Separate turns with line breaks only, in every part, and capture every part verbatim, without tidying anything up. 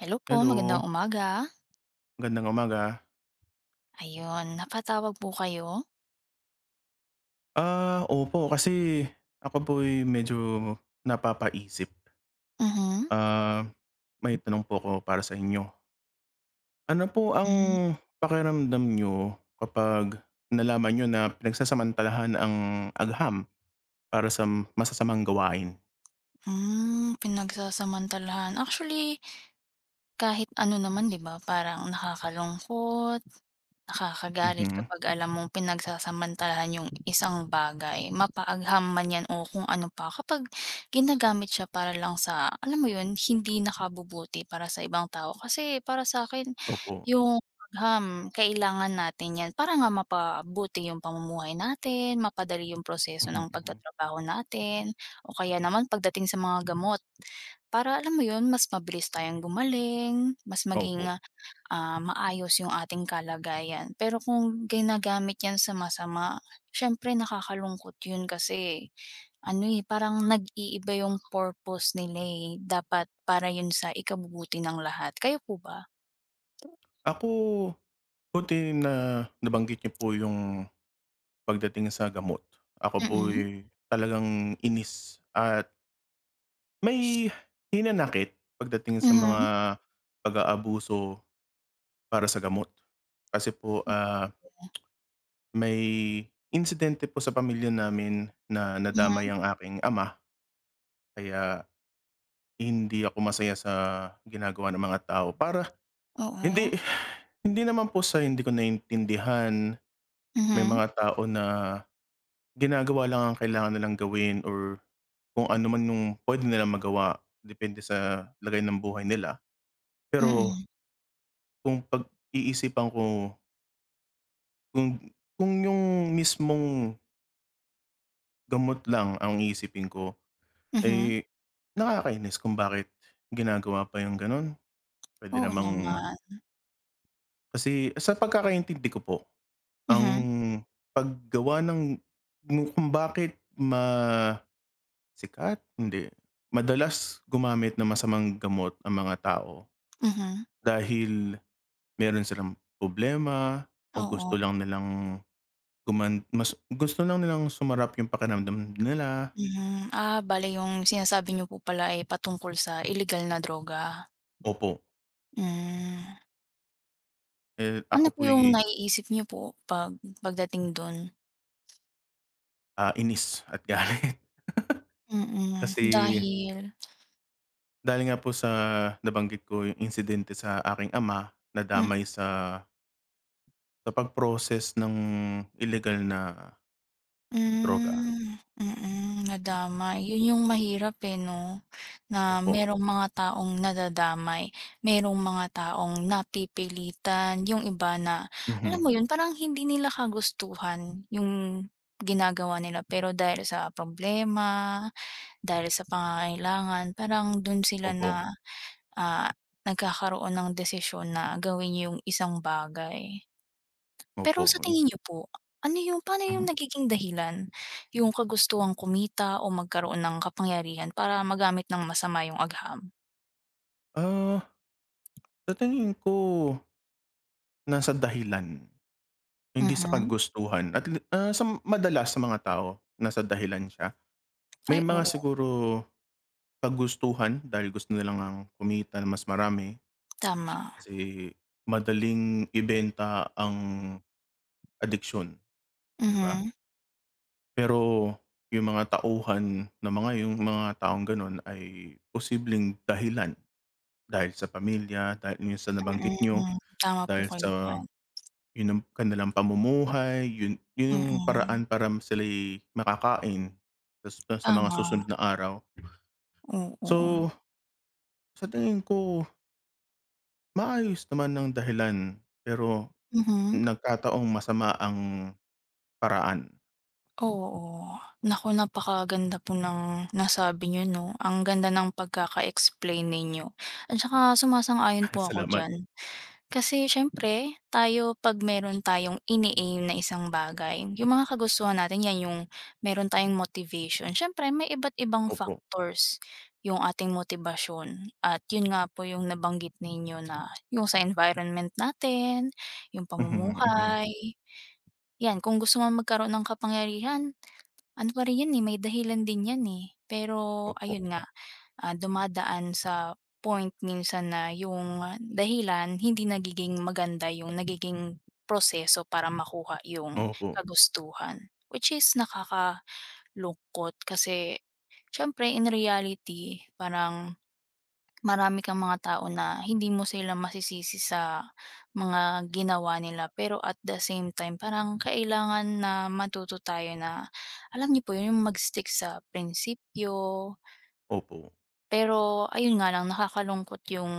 Hello po,
Hello,
magandang umaga.
magandang umaga.
Ayun, napatawag po kayo?
Ah, opo kasi ako po'y medyo napapaisip.
Mhm.
Ah, may tanong po ako para sa inyo. Ano po ang
Hmm,
pakiramdam niyo kapag nalaman niyo na pinagsasamantalahan ang agham para sa masasamang gawain?
hmm, pinagsasamantalahan. Actually, kahit ano naman 'di ba, parang nakakalungkot. Nakakagalit
Mhm,
kapag alam mong pinagsasamantalahan yung isang bagay, mapaagham man yan o kung ano pa, kapag ginagamit siya para lang sa, alam mo yun, hindi nakabubuti para sa ibang tao. Kasi para sa akin
opo.
yung agham kailangan natin yan para nga mapabuti yung pamumuhay natin, mapadali yung proseso
Mhm,
ng
mhm,
pagtatrabaho natin, o kaya naman pagdating sa mga gamot. Para alam mo yun, mas mabilis tayong gumaling, mas maging
opo.
ah, maayos yung ating kalagayan. Pero kung ginagamit yan sa masama, siyempre nakakalungkot yun kasi ano eh, parang nag-iiba yung purpose nila eh. Dapat para yun sa ikabubuti ng lahat. Kayo po ba?
Ako, buti na nabanggit niyo po yung pagdating sa gamot. Ako
Mm.
po'y talagang inis at may hinanakit pagdating sa mga
Mhm.
pag-aabuso para sa gamot. Kasi po, ah,
Oo.
may insidente po sa pamilya namin na nadamay
Mhm.
ang aking ama kaya hindi ako masaya sa ginagawa ng mga tao. Para
Oo.
hindi hindi naman po sa hindi ko naiintindihan, may
Mhm.
mga tao na ginagawa lang ang kailangan nilang gawin or kung ano man yung puwede nilang magawa depende sa lagay ng buhay nila. Pero
Mm.
kung pag-iisipan ko kung kung yung mismong gamot lang ang iisipin ko,
Mhm.
eh, nakakainis kung bakit ginagawa pa yung gano'n. Puwede
Oo
namang
naman.
kasi sa pagkakaintindi ko po, ang
Mhm.
paggawa ng kung bakit masikat hindi, madalas gumamit ng masamang gamot ang mga tao
Mhm.
dahil meron silang problema o
Oo.
gusto lang nilang Guman mas gusto lang nilang sumarap yung pakiramdam nila.
Mhm. Ah, bale yung sinasabi niyo po pala ay patungkol sa illegal na droga.
Opo,
Hmm.
eh,
Ano
ako
po yung
po'y,
naiisip niyo po 'pag pagdating dun?
ah, inis at galit.
Mm.
Kasi
Dahil
dahil nga po sa nabanggit ko yung insidente sa aking ama,
mm,
nadamay sa sa pag-process ng ilegal na droga.
mm, nadamay. Yun yung mahirap, eh, 'no, na
Opo,
merong mga taong nadadamay, merong mga taong napipilitan, yung iba na
mhm,
alam mo yun, parang hindi nila kagustuhan yung ginagawa nila pero dahil sa problema, dahil sa pangangailangan, parang dun sila
opo,
na ah, nagkakaroon ng desisyon na gawin yung isang bagay. Pero sa
opo, yu
tingin niyo po, ano yung paano
mhm.
yung nagiging dahilan yung kagustuhang kumita o magkaroon ng kapangyarihan para magamit ng masama yung agham?
Ah, sa tingin ko nasa dahilan, hindi sa
Mhm.
kagustuhan at li ah, sa madalas sa mga tao nasa dahilan siya.
Ay,
May mga
oo,
siguro kagustuhan dahil gusto nila ngang kumita ng mas marami
tama.
kasi madaling ibenta ang addiction, 'di ba?
Mhm,
Pero yung mga tauhan na mga yung mga taong gano'n ay posibleng dahilan dahil sa pamilya, dahil yun sa nabanggit niyo,
mm, tama po
dahil
kayo
sa
diyan.
yun ang kanilang pamumuhay, yun yun yung
Mm,
paraan para sila'y makakain tas sa mga
tama,
susunod na araw.
oo.
So, sa tingin ko maayos naman ng dahilan pero
Mhm.
nagkataong masama ang paraan.
Oo. Naku, napakaganda po ng nasabi niyo 'no. Ang ganda ng pagkaka-explain ninyo at saka sumasang-ayon po ako
Salamat,
diyan. Kasi siyempre tayo 'pag meron tayong ini-aim na isang bagay, yung mga kagustuhan natin 'yan yung meron tayong motivation. Siyempre may iba't ibang
opo.
factors yung ating motibasyon at yun nga po yung nabanggit ninyo na yung sa environment natin, yung
Mhm, mhm.
pamumuhay, 'yan. Kung gusto mong magkaroon ng kapangyarihan ano pa rin 'yan, eh, may dahilan din 'yan, eh. Pero
Opo,
ayun nga, ah, dumadaan sa point minsan na yung ah, dahilan hindi nagiging maganda yung nagiging proseso para makuha yung
opo,
kagustuhan. Which is nakakalungkot kasi siyempre in reality parang marami kang mga tao na hindi mo sila masisisi sa mga ginawa nila. Pero at the same time, parang kailangan na matuto tayo na, alam niyo po 'yun, yung mag-stick sa prinsipyo.
opo.
Pero ayun nga lang, nakakalungkot yung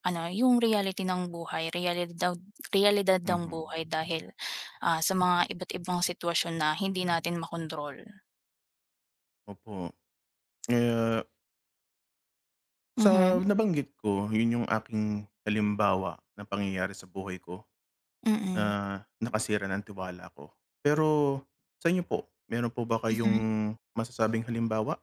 ano, yung reality ng buhay, realidad realidad ng
Mhm,
buhay dahil, ah, sa mga iba't ibang sitwasyon na hindi natin makontrol.
opo. Eh,
Mhm,
sa nabanggit ko, yun yung aking halimbawa na pangyayari sa buhay ko
mm.
na nakasira ng tiwala ko. Pero sa inyo po, meron po ba
Mhm.
kayong masasabing halimbawa?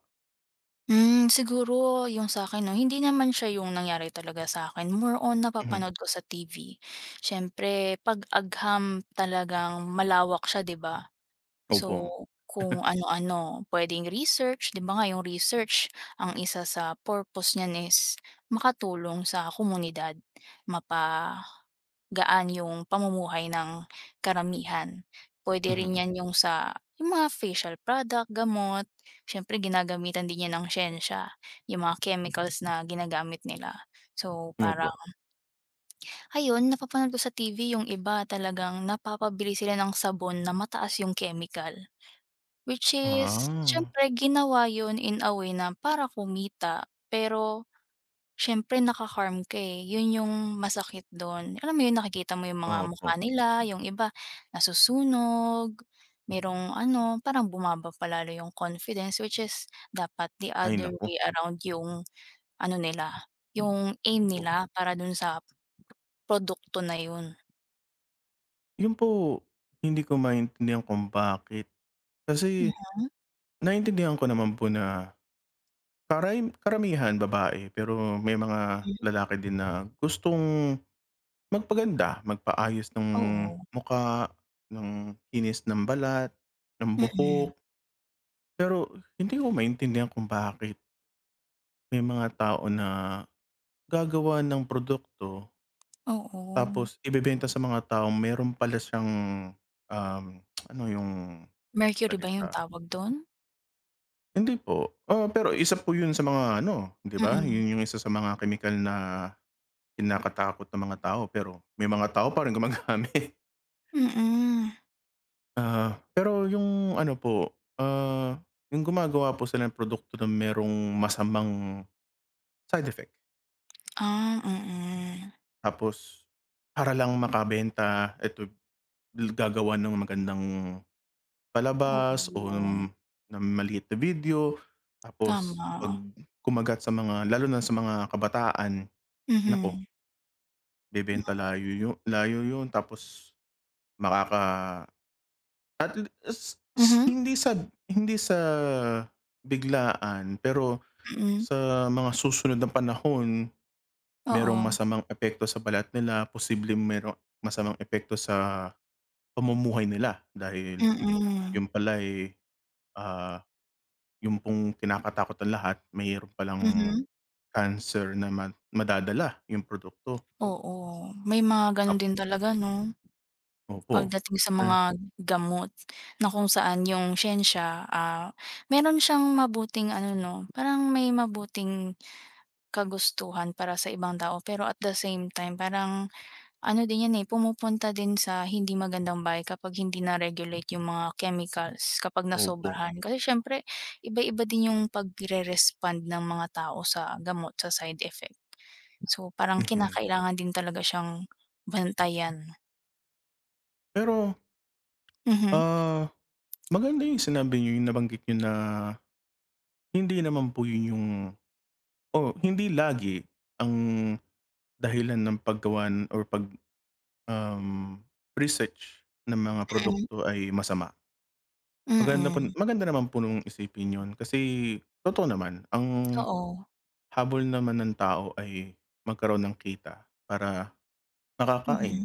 Hmm, siguro yung sa'kin 'no, hindi naman siya yung nangyari talaga sa akin. More on
Mhm,
napapanood ko sa T V. Siyempre 'pag agham talagang malawak siya, 'di ba?
opo.
So, kung ano-ano, puwedeng research, 'di ba nga yung research ang isa sa purpose niyan is makatulong sa komunidad, mapagaan yung pamumuhay ng karamihan. Puwede rin
Mhm,
'yan yung sa yung mga facial product, gamot, siyempre ginagamitan din 'yan ng siyensya, yung mga chemicals na ginagamit nila. So, para
opo.
Ayun, napapanood ko sa T V yung iba talagang napapabili sila ng sabon na mataas yung chemical. Which is,
Ah,
siyempre ginawa yun in a way na para kumita, pero siyempre naka-harm ka, eh, yun yung masakit dun. Alam mo yun, nakikita mo yung mga
opo.
mukha nila, yung iba nasusunog, merong ano, parang bumaba pa lalo yung confidence which is dapat the
Ay
other
naku,
way around yung ano nila, yung aim nila para dun sa produkto na yun.
yun po, hindi ko maintindihan kung bakit. Kasi
Mhm,
naintindihan ko naman po na karay karamihan babae, pero may mga
hmm.
lalaki din na gustong magpaganda, magpaayos ng
Oo,
muka ng kinis ng balat, ng
mm,
buhok. Pero hindi ko maintindihan kung bakit may mga tao na gagawa ng produkto
oo.
tapos ibebenta sa mga tao meron pala siyang, um, ano yung
Mercury ba yung
salita?
tawag dun?
Hindi po, ah, pero isa po 'yun sa mga ano, 'di ba?
Mm.
'Yun yung isa sa mga kemikal na kinakatakot ng mga tao, pero may mga tao pa rin gumagamit.
Mm,
Ah, pero yung ano po, ah, yung gumagawa po sila ng produkto na merong masamang side effect.
ah, mm.
Tapos para lang makabenta, eto gagawa ng magandang palabas o
Oo,
ng ng maliit na video, tapos 'pag
tama.
kumagat sa mga lalo na sa mga kabataan, naku,
Mhm,
Bebenta layo yu layo yun tapos makaka at l- s s
mhm,
hindi sa hindi sa biglaan pero
mm,
sa mga susunod na panahon merong
oo,
masamang epekto sa balat nila, posibleng merong masamang epekto sa pamumuhay nila dahil
mm,
yun pala, eh, ah, yun pong kinakatakot ng lahat mayroon palang
mhm,
cancer na ma madadala yung produkto.
oo. May mga ganun
Apo.
din talaga 'no,
Opo.
pagdating sa
Eh,
mga gamot na kung saan yung siyensiya, ah, meron siyang mabuting ano 'no, parang may mabuting kagustuhan para sa ibang tao pero at the same time parang ano din 'yan, eh, pumupunta din sa hindi magandang bagay kapag hindi na-regulate yung mga chemicals kapag
opo,
nasobrahan. Kasi siyempre iba-iba din yung pagre-respond ng mga tao sa gamot, sa side effect. So, parang
mhm.
kinakailangan din talaga siyang bantayan.
Pero
Mhm,
Ah, maganda yung sinabi niyo, yung nabanggit niyo na hindi naman po yun yung o hindi lagi ang dahilan ng paggawa or pag, um, research ng mga
mm.
produkto ay masama. Maganda po
Mm,
maganda naman po nung isipin yun kasi totoo naman, ang
oo.
habol naman ng tao ay magkaroon ng kita para
Mhm,
makakain,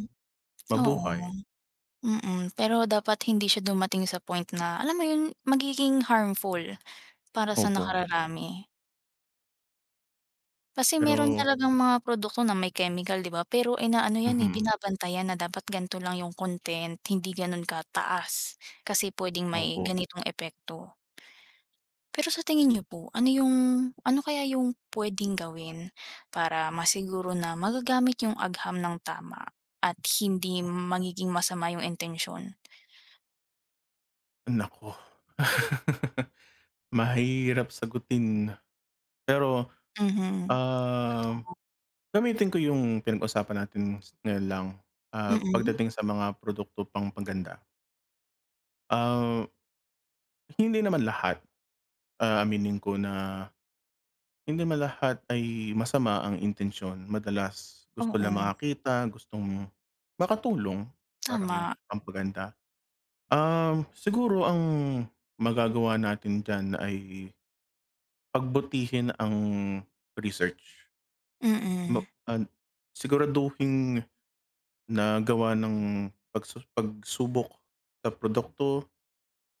oo,
mabuhay,
mm. Pero dapat hindi siya dumating sa point na alam mo yun, magiging harmful. Para sa
opo.
nakararami. Kasi meron
Pero.
talagang mm, mga produkto na may chemical, 'di ba? Pero inaano yan, eh,
Mhm,
binabantayan na dapat ganito lang yung content, hindi gano'n kataas. Kasi puwedeng may
opo.
ganitong epekto. Pero sa tingin niyo po, ano yung ano kaya yung puwedeng gawin para masiguro na magagamit yung agham ng tama at hindi magiging masama yung intensyon?
Naku. Mahirap sagutin, pero,
Mhm.
um, gamitin ko yung pinag-usapan natin s- ngayon lang, ah,
Mm.
pagdating sa mga produkto pangpaganda. Ah, hindi naman lahat, ah, aminin ko na hindi naman lahat ay masama ang intensyon. Madalas gusto lang
Oo,
makakita, gustong makatulong para may
tama.
pampaganda. Um, siguro ang magagawa natin diyan ay pagbutihin ang research. Ma
Mm.
an Siguraduhin na gawa ng pagsu pagsubok sa produkto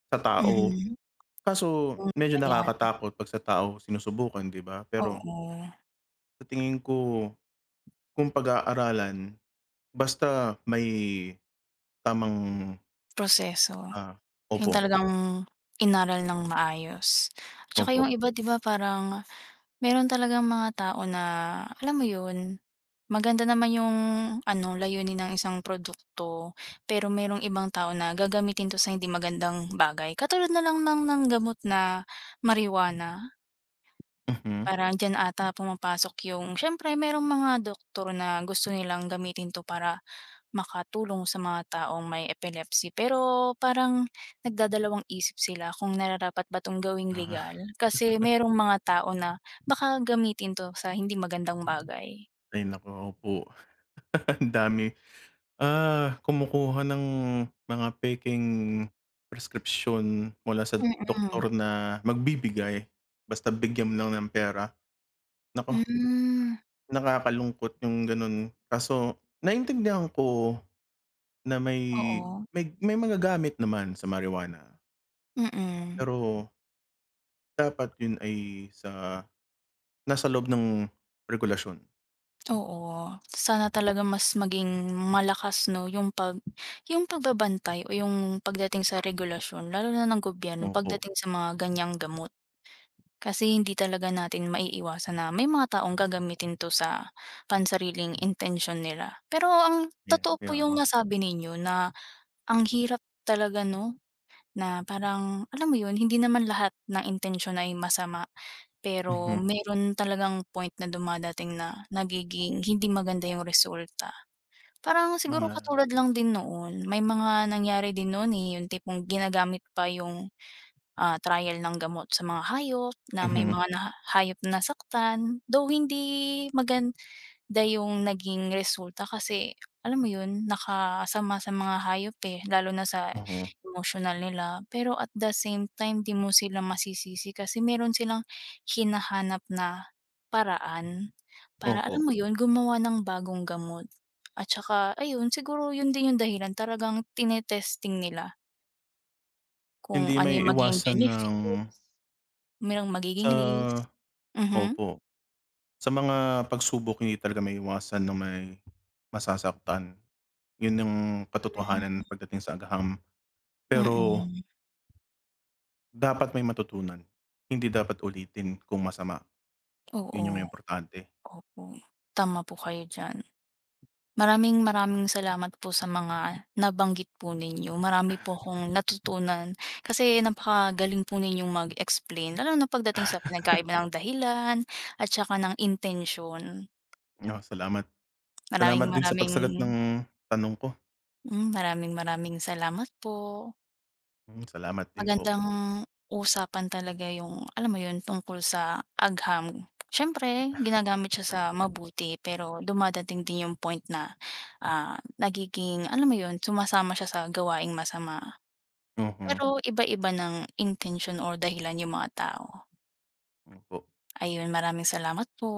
sa tao.
Mhm.
Kaso
Yung
medyo
trial,
nakakatakot 'pag sa tao sinusubukan, 'di ba? Pero
oo.
sa tingin ko kung pag-aaralan basta may tamang,
Proseso,
ah
yung
opo,
talagang inaral ng maayos. Tsaka yung
opo.
iba 'di ba parang meron talagang mga tao na alam mo yun, maganda naman yung ano layunin ng isang produkto, pero merong ibang tao na gagamitin 'to sa hindi magandang bagay. Katulad na lang ng ng gamot na marijuana,
Mhm.
parang diyan ata pumapasok yung siyempre merong mga doktor na gusto nilang gamitin 'to para makatulong sa mga taong may epilepsy pero parang nagdadalawang isip sila kung nararapat ba 'tong gawing legal
Ah,
kasi merong mga tao na baka gamitin 'to sa hindi magandang bagay.
ay naku, opo. Ang dami. Ah, kumukuha ng mga pekeng prescription mula sa
Mm-mm.
doktor na magbibigay, basta bigyan mo lang ng pera. Naku,
Mm. Hmm,
nakakalungkot yung gano'n. Kaso naintindihan ko na may
oo.
may may magagamit naman sa marijuana,
Mm,
pero dapat yun ay sa nasa loob ng regulasyon.
oo. Sana talaga mas maging malakas 'no yung pag yung pagbabantay o yung pagdating sa regulasyon lalo na ng gobyerno
Opo,
pagdating sa mga ganiyang gamot. Kasi hindi talaga natin maiiwasan na may mga taong gagamitin 'to sa pansariling intensyon nila. Pero ang
yeah,
totoo po
yeah,
yung
oo.
nasabi ninyo na ang hirap talaga 'no, na parang alam mo yun, hindi naman lahat ng intensyon ay masama. Pero
Mhm,
meron talagang point na dumadating na nagiging hindi maganda yung resulta. Parang siguro
mga
katulad lang din noon, may mga nangyari din noon, eh, yung tipong ginagamit pa yung ah, trial ng gamot sa mga hayop na may
mhm,
mga mm, hayop na nasaktan. Though hindi maganda yung naging resulta kasi alam mo yun, nakasama sa mga hayop, eh, lalo na sa
oo,
emotional nila. Pero at the same time, 'di mo sila masisisi kasi meron silang hinahanap na paraan para
opo.
alam mo yun, gumawa ng bagong gamot. At saka ayun, siguro yun din yung dahilan talagang tinetesting nila kung
Hindi
ano
may
yung magiging
iwasan ng
benefit. Merong magiging
sa
risk. Mhm.
Opo, sa mga pagsubok hindi talaga may iwasan na may masasaktan, yun yung katotohanan pagdating sa agham.
Hmm,
Pero
mm.
dapat may matutunan, hindi dapat ulitin kung masama, yun yung
Oo,
importante.
opo. Tama po kayo diyan. Maraming maraming salamat po sa mga nabanggit po ninyo. Marami po akong natutunan kasi napakagaling po ninyong mag-explain lalo na pagdating sa pinagkaiba ng dahilan at saka ng intensyon.
Oh, salamat.
Maraming
Salamat din sa
maraming
pagsagot ng tanong ko.
hmm, maraming maraming salamat po.
Mm, salamat din po.
Magandang usapan talaga yung alam mo yun, tungkol sa agham. Siyempre ginagamit siya sa mabuti pero dumadating din yung point na, ah, nagiging alam mo yun, sumasama siya sa gawaing masama.
Mhm,
Pero iba-iba ng intention or dahilan yung mga tao.
opo.
Ayun, maraming salamat po.